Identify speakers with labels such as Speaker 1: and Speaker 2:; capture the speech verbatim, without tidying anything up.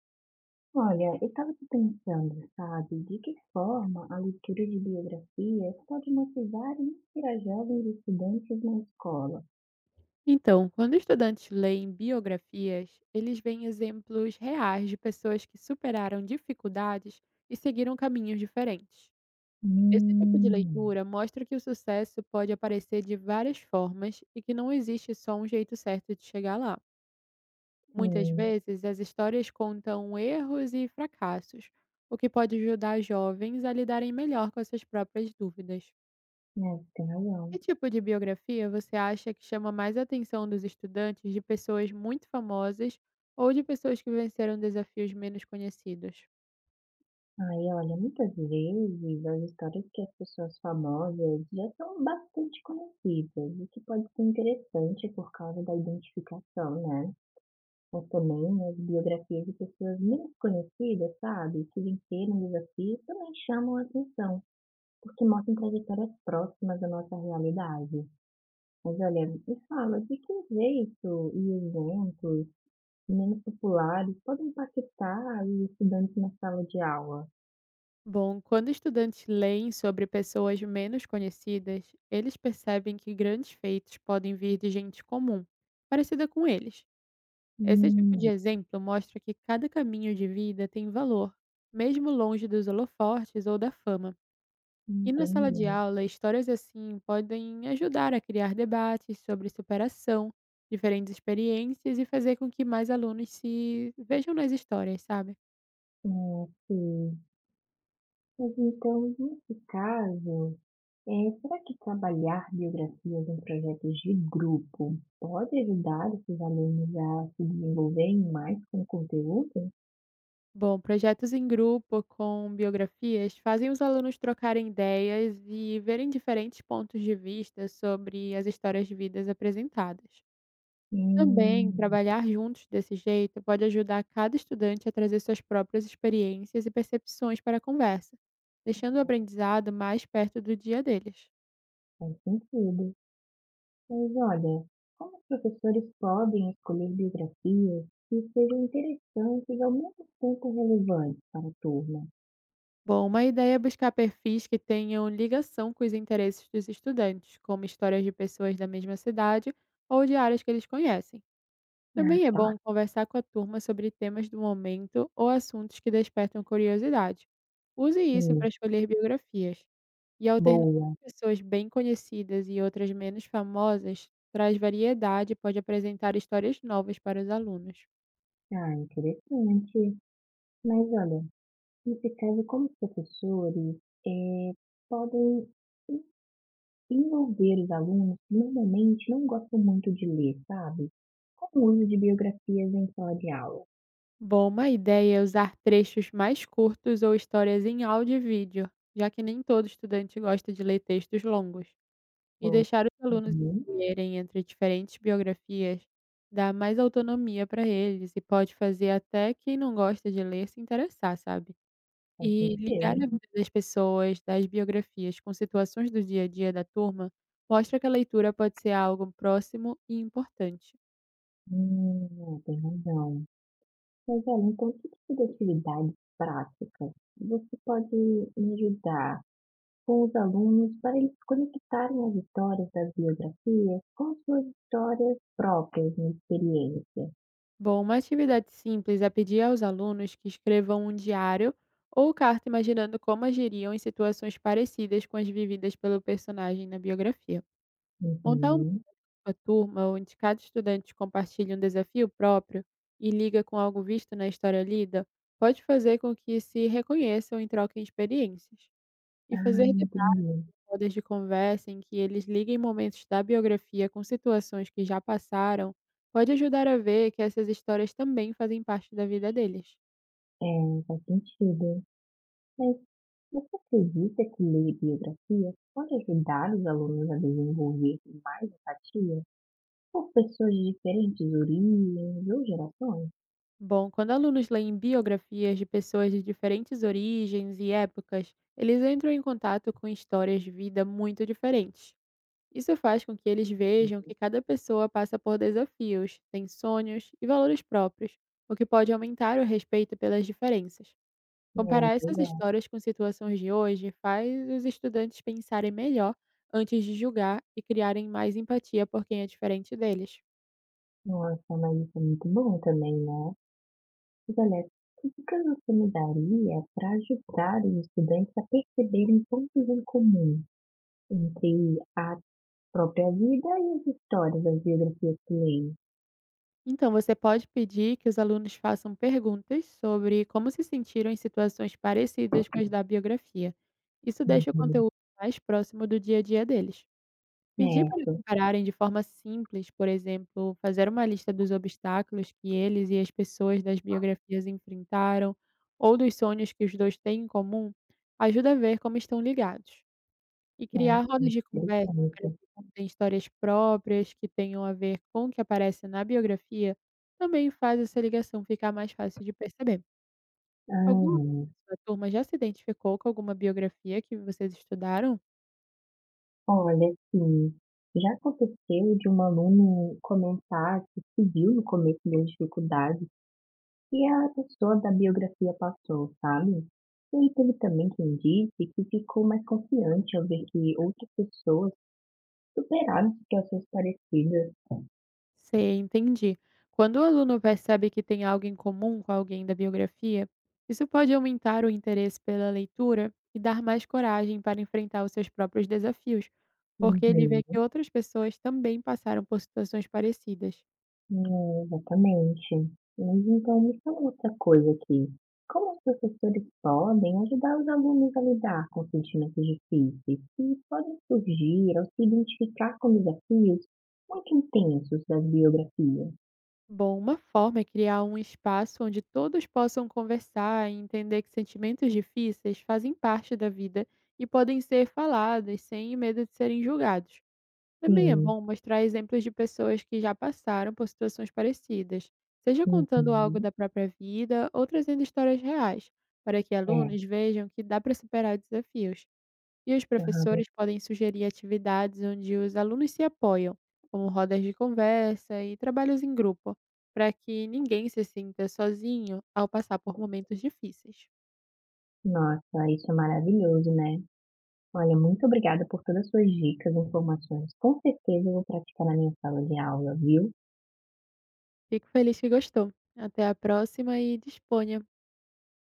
Speaker 1: Olha, eu estava pensando, sabe, de que forma a leitura de biografias pode motivar e inspirar jovens estudantes na escola?
Speaker 2: Então, quando estudantes leem biografias, eles veem exemplos reais de pessoas que superaram dificuldades e seguiram caminhos diferentes. Esse tipo de
Speaker 1: Hum.
Speaker 2: leitura mostra que o sucesso pode aparecer de várias formas e que não existe só um jeito certo de chegar lá. Muitas
Speaker 1: Sim,
Speaker 2: vezes, as histórias contam erros e fracassos, o que pode ajudar jovens a lidarem melhor com as suas próprias dúvidas.
Speaker 1: né, você tem
Speaker 2: Que
Speaker 1: razão.
Speaker 2: tipo de biografia você acha que chama mais a atenção dos estudantes, de pessoas muito famosas ou de pessoas que venceram desafios menos conhecidos?
Speaker 1: Aí, olha, muitas vezes as histórias que as pessoas famosas já são bastante conhecidas, o que pode ser interessante por causa da identificação, né? Mas também as biografias de pessoas menos conhecidas, sabe, que venceram desafios também chamam a atenção. Porque mostram trajetórias próximas da nossa realidade. Mas olha, me fala, de que jeito e eventos menos populares podem impactar os estudantes na sala de aula?
Speaker 2: Bom, quando estudantes leem sobre pessoas menos conhecidas, eles percebem que grandes feitos podem vir de gente comum, parecida com eles. Esse tipo de
Speaker 1: Hum,
Speaker 2: exemplo mostra que cada caminho de vida tem valor, mesmo longe dos holofotes ou da fama. E na sala de
Speaker 1: entendi.
Speaker 2: aula, histórias assim podem ajudar a criar debates sobre superação, diferentes experiências e fazer com que mais alunos se vejam nas histórias, sabe?
Speaker 1: É, sim. Mas então, nesse caso, é, será que trabalhar biografias em projetos de grupo pode ajudar esses alunos a se desenvolverem mais com o conteúdo?
Speaker 2: Bom, projetos em grupo com biografias fazem os alunos trocarem ideias e verem diferentes pontos de vista sobre as histórias de vidas apresentadas. Também,
Speaker 1: Hum,
Speaker 2: trabalhar juntos desse jeito pode ajudar cada estudante a trazer suas próprias experiências e percepções para a conversa, deixando o aprendizado mais perto do dia deles.
Speaker 1: faz sentido. Mas olha, como os professores podem escolher biografias que sejam interessantes e ao mesmo tempo relevantes para a turma?
Speaker 2: Bom, uma ideia é buscar perfis que tenham ligação com os interesses dos estudantes, como histórias de pessoas da mesma cidade ou de áreas que eles conhecem.
Speaker 1: Ah,
Speaker 2: Também é
Speaker 1: tá,
Speaker 2: bom conversar com a turma sobre temas do momento ou assuntos que despertam curiosidade. Use isso
Speaker 1: sim,
Speaker 2: para escolher biografias. E alternar
Speaker 1: boa.
Speaker 2: pessoas bem conhecidas e outras menos famosas traz variedade e pode apresentar histórias novas para os alunos.
Speaker 1: Ah, interessante. Mas olha, nesse caso, como os professores eh, podem en- envolver os alunos que normalmente não gostam muito de ler, sabe? Com o uso de biografias em sala de aula.
Speaker 2: Bom, uma ideia é usar trechos mais curtos ou histórias em áudio e vídeo, já que nem todo estudante gosta de ler textos longos. E
Speaker 1: Boa.
Speaker 2: deixar os alunos
Speaker 1: Uhum,
Speaker 2: escolherem entre diferentes biografias dá mais autonomia para eles e pode fazer até quem não gosta de ler se interessar, sabe.
Speaker 1: faz
Speaker 2: E ligar
Speaker 1: sentido.
Speaker 2: a vida das pessoas, das biografias, com situações do dia a dia da turma, mostra que a leitura pode ser algo próximo e importante.
Speaker 1: Hum, é, tem razão. Mas olha, então que tipo de atividades práticas você pode me ajudar com os alunos para eles conectarem as histórias das biografias com as suas histórias próprias na experiência?
Speaker 2: Bom, uma atividade simples é pedir aos alunos que escrevam um diário ou carta imaginando como agiriam em situações parecidas com as vividas pelo personagem na biografia. Montar
Speaker 1: Uhum.
Speaker 2: sua turma, onde cada estudante compartilha um desafio próprio e liga com algo visto na história lida, pode fazer com que se reconheçam e troquem experiências.
Speaker 1: Ah,
Speaker 2: E fazer debates,
Speaker 1: entendi.
Speaker 2: rodas de conversa em que eles liguem momentos da biografia com situações que já passaram, pode ajudar a ver que essas histórias também fazem parte da vida deles.
Speaker 1: É, faz sentido. Mas você acredita que ler biografias pode ajudar os alunos a desenvolver mais empatia por pessoas de diferentes origens ou gerações?
Speaker 2: Bom, quando alunos leem biografias de pessoas de diferentes origens e épocas, eles entram em contato com histórias de vida muito diferentes. Isso faz com que eles vejam que cada pessoa passa por desafios, tem sonhos e valores próprios, o que pode aumentar o respeito pelas diferenças.
Speaker 1: É,
Speaker 2: Comparar essas
Speaker 1: verdade.
Speaker 2: histórias com situações de hoje faz os estudantes pensarem melhor antes de julgar e criarem mais empatia por quem é diferente deles.
Speaker 1: Nossa, mas isso é muito bom também, né. Mas olha, que dicas você me daria para ajudar os estudantes a perceberem pontos em comum entre a própria vida e as histórias, as biografias que leem?
Speaker 2: Então, você pode pedir que os alunos façam perguntas sobre como se sentiram em situações parecidas com as da biografia. Isso deixa o
Speaker 1: Uhum.
Speaker 2: conteúdo mais próximo do dia a dia deles. Pedir para eles
Speaker 1: Certo.
Speaker 2: compararem de forma simples, por exemplo, fazer uma lista dos obstáculos que eles e as pessoas das biografias enfrentaram, ou dos sonhos que os dois têm em comum, ajuda a ver como estão ligados. E
Speaker 1: Ah,
Speaker 2: criar rodas de conversa para
Speaker 1: interessante.
Speaker 2: que contem histórias próprias que tenham a ver com o que aparece na biografia também faz essa ligação ficar mais fácil de perceber. Alguma
Speaker 1: Aham.
Speaker 2: da sua turma já se identificou com alguma biografia que vocês estudaram?
Speaker 1: Olha, assim, já aconteceu de um aluno comentar que se viu no começo das dificuldades que a pessoa da biografia passou, sabe. E teve também quem disse que ficou mais confiante ao ver que outras pessoas superaram situações parecidas.
Speaker 2: Sei, entendi. Quando o aluno percebe que tem algo em comum com alguém da biografia, isso pode aumentar o interesse pela leitura e dar mais coragem para enfrentar os seus próprios desafios, porque ele vê
Speaker 1: Uhum.
Speaker 2: que outras pessoas também passaram por situações parecidas.
Speaker 1: É, exatamente. Mas então me fala outra coisa aqui, como os professores podem ajudar os alunos a lidar com sentimentos difíceis que podem surgir ao se identificar com desafios muito intensos das biografias?
Speaker 2: Bom, uma forma é criar um espaço onde todos possam conversar e entender que sentimentos difíceis fazem parte da vida e podem ser faladas sem medo de serem julgados. Também é
Speaker 1: Sim.
Speaker 2: bom mostrar exemplos de pessoas que já passaram por situações parecidas, seja contando algo
Speaker 1: Uhum.
Speaker 2: da própria vida ou trazendo histórias reais, para que
Speaker 1: É,
Speaker 2: alunos vejam que dá para superar desafios. E os
Speaker 1: aham.
Speaker 2: professores podem sugerir atividades onde os alunos se apoiam, como rodas de conversa e trabalhos em grupo, para que ninguém se sinta sozinho ao passar por momentos difíceis.
Speaker 1: Nossa, isso é maravilhoso, né? Olha, muito obrigada por todas as suas dicas e informações. Com certeza eu vou praticar na minha sala de aula, viu?
Speaker 2: Fico feliz que gostou. Até a próxima e disponha!